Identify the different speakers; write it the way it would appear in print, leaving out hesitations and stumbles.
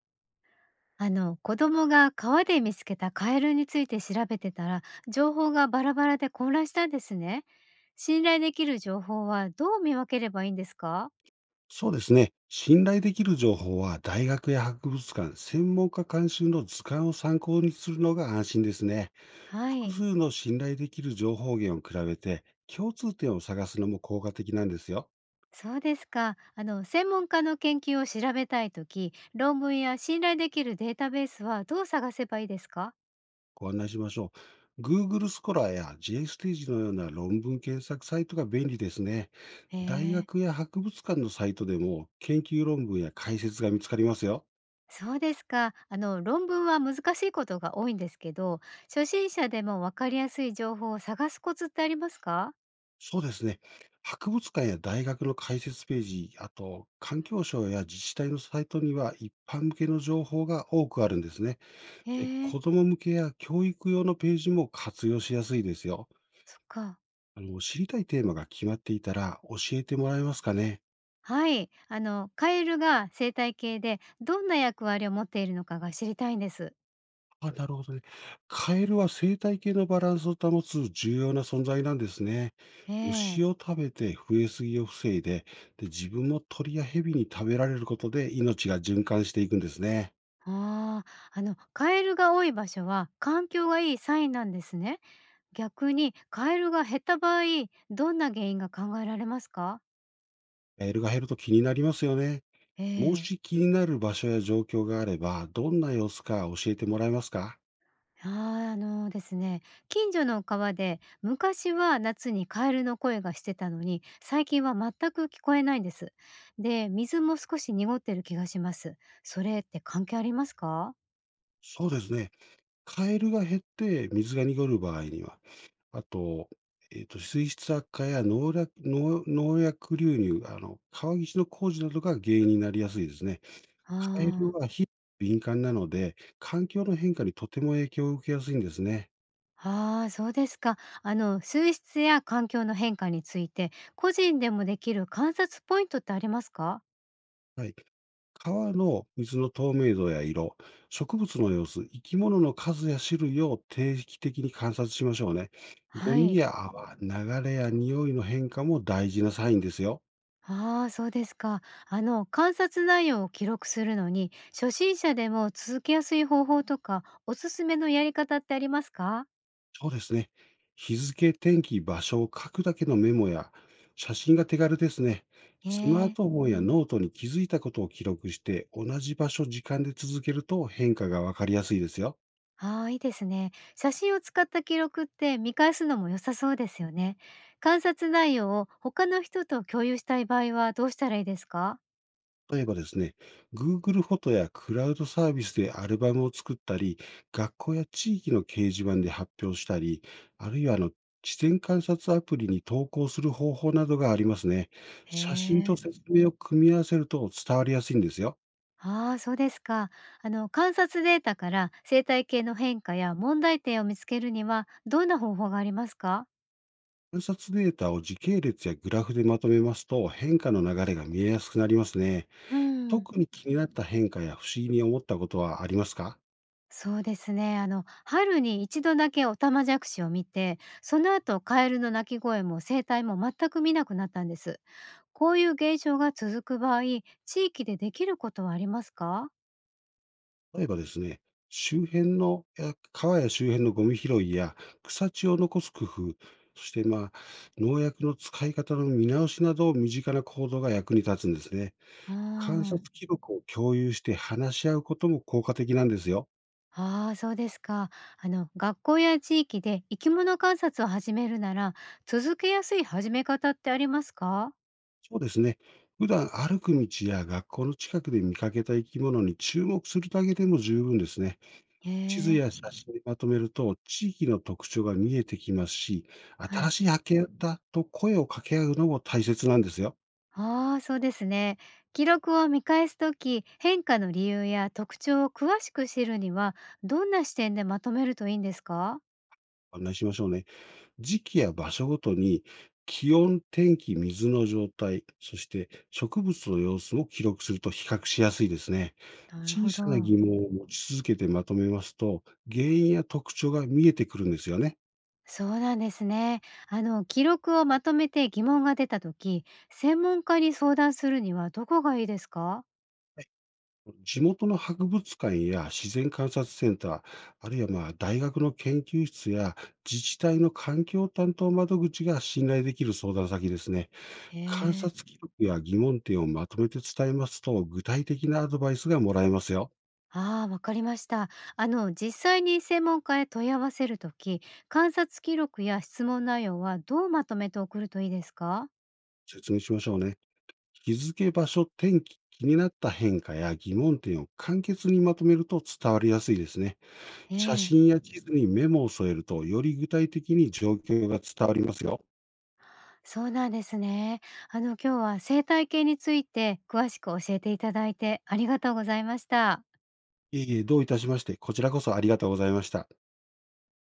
Speaker 1: 子供が川で見つけたカエルについて調べてたら、情報がバラバラで混乱したんですね。信頼できる情報はどう見分ければいいんですか？
Speaker 2: そうですね。信頼できる情報は大学や博物館、専門家監修の図鑑を参考にするのが安心ですね。
Speaker 1: は
Speaker 2: 複
Speaker 1: い、
Speaker 2: 数の信頼できる情報源を比べて共通点を探すのも効果的なんですよ。
Speaker 1: そうですか。あの、専門家の研究を調べたいとき、論文や信頼できるデータベースはどう探せばいいですか？
Speaker 2: ご案内しましょう。Google スコラや J ステージのような論文検索サイトが便利ですね。
Speaker 1: へ
Speaker 2: 大
Speaker 1: え。
Speaker 2: 学や博物館のサイトでも研究論文や解説が見つかりますよ。
Speaker 1: そうですか。あの、論文は難しいことが多いんですけど、初心者でもわかりやすい情報を探すコツってありますか？
Speaker 2: そうですね。博物館や大学の解説ページ、あと環境省や自治体のサイトには一般向けの情報が多くあるんですね。
Speaker 1: へ
Speaker 2: で、
Speaker 1: え、
Speaker 2: 子ども向けや教育用のページも活用しやすいですよ。
Speaker 1: そっか。
Speaker 2: 知りたいテーマが決まっていたら教えてもらえますかね。
Speaker 1: はい、あのカエルが生態系でどんな役割を持っているのかが知りたいんです。
Speaker 2: あ、なるほどね。カエルは生態系のバランスを保つ重要な存在なんですね。
Speaker 1: ええ、
Speaker 2: 虫を食べて増えすぎを防いで、で自分も鳥や蛇に食べられることで命が循環していくんですね。
Speaker 1: ああ、あのカエルが多い場所は環境がいいサインなんですね。逆にカエルが減った場合、どんな原因が考えられますか？
Speaker 2: メールが減ると気になりますよね。
Speaker 1: え
Speaker 2: も
Speaker 1: え、
Speaker 2: し気になる場所や状況があれば、どんな様子か教えてもらえますか？
Speaker 1: ああ、あのですね、近所の川で昔は夏にカエルの声がしてたのに、最近は全く聞こえないんです。で、水も少し濁ってる気がします。それって関係ありますか？
Speaker 2: そうですね。カエルが減って水が濁る場合には、あと、水質悪化や農薬流入、川岸の工事などが原因になりやすいですね。カエル
Speaker 1: ああ、
Speaker 2: は敏感なので、環境の変化にとても影響を受けやすいんですね。
Speaker 1: ああ、そうですか。あの、水質や環境の変化について、個人でもできる観察ポイントってありますか？
Speaker 2: はい。川の水の透明度や色、植物の様子、生き物の数や種類を定期的に観察しましょうね。ゴ
Speaker 1: は
Speaker 2: ミ
Speaker 1: い。
Speaker 2: や泡、流れや匂いの変化も大事なサインですよ。
Speaker 1: ああ、そうですか。あの、観察内容を記録するのに、初心者でも続けやすい方法とか、おすすめのやり方ってありますか？
Speaker 2: そうですね。日付、天気、場所を書くだけのメモや写真が手軽ですね。
Speaker 1: え
Speaker 2: スマー
Speaker 1: え。
Speaker 2: トフォンやノートに気づいたことを記録して、同じ場所、時間で続けると変化がわかりやすいですよ。
Speaker 1: ああ、いいですね。写真を使った記録って見返すのも良さそうですよね。観察内容を他の人と共有したい場合はどうしたらいいですか？
Speaker 2: 例えばですね、Google フォトやクラウドサービスでアルバムを作ったり、学校や地域の掲示板で発表したり、あるいは地点観察アプリに投稿する方法などがありますね。
Speaker 1: へ
Speaker 2: 写真
Speaker 1: え。
Speaker 2: と説明を組み合わせると伝わりやすいんですよ。
Speaker 1: ああ、そうですか。あの、観察データから生態系の変化や問題点を見つけるにはどんな方法がありますか？
Speaker 2: 観察データを時系列やグラフでまとめますと変化の流れが見えやすくなりますね。
Speaker 1: うん。
Speaker 2: 特に気になった変化や不思議に思ったことはありますか？
Speaker 1: そうですね。あの、春に一度だけオタマジャクシを見て、その後カエルの鳴き声も生態も全く見なくなったんです。こういう現象が続く場合、地域でできることはありますか？
Speaker 2: 例えばですね、周辺の、や川や周辺のゴミ拾いや草地を残す工夫、そして、農薬の使い方の見直しなど、身近な行動が役に立つんですね。
Speaker 1: あ
Speaker 2: 観
Speaker 1: あ。
Speaker 2: 察記録を共有して話し合うことも効果的なんですよ。
Speaker 1: ああ、そうですか。あの、学校や地域で生き物観察を始めるなら、続けやすい始め方ってありますか？
Speaker 2: そうですね。普段歩く道や学校の近くで見かけた生き物に注目するだけでも十分ですね。
Speaker 1: へ
Speaker 2: 地図
Speaker 1: え、
Speaker 2: や写真にまとめると、地域の特徴が見えてきますし、
Speaker 1: は
Speaker 2: 新
Speaker 1: い。
Speaker 2: しい発見だと声を掛け合うのも大切なんですよ。
Speaker 1: ああ、そうですね。記録を見返すとき、変化の理由や特徴を詳しく知るには、どんな視点でまとめるといいんですか？
Speaker 2: 案内しましょうね。時期や場所ごとに、気温、天気、水の状態、そして植物の様子を記録すると比較しやすいですね。
Speaker 1: なる
Speaker 2: 小
Speaker 1: ほ
Speaker 2: さな
Speaker 1: ど。
Speaker 2: 疑問を持ち続けてまとめますと、原因や特徴が見えてくるんですよね。
Speaker 1: そうなんですね。あの、記録をまとめて疑問が出たとき、専門家に相談するにはどこがいいですか？
Speaker 2: 地元の博物館や自然観察センター、あるいは大学の研究室や自治体の環境担当窓口が信頼できる相談先ですね。
Speaker 1: へ
Speaker 2: 観
Speaker 1: え。
Speaker 2: 察記録や疑問点をまとめて伝えますと、具体的なアドバイスがもらえますよ。
Speaker 1: ああ、わかりました。あの、実際に専門家へ問い合わせるとき、観察記録や質問内容はどうまとめて送るといいですか？
Speaker 2: 説明しましょうね。日付、場所、天気、気になった変化や疑問点を簡潔にまとめると伝わりやすいですね。
Speaker 1: え
Speaker 2: 写
Speaker 1: え、
Speaker 2: 真や地図にメモを添えると、より具体的に状況が伝わりますよ。
Speaker 1: そうなんですね。あの、今日は生態系について詳しく教えていただいてありがとうございました。
Speaker 2: いえいえ、どういたしまして、こちらこそありがとうございました。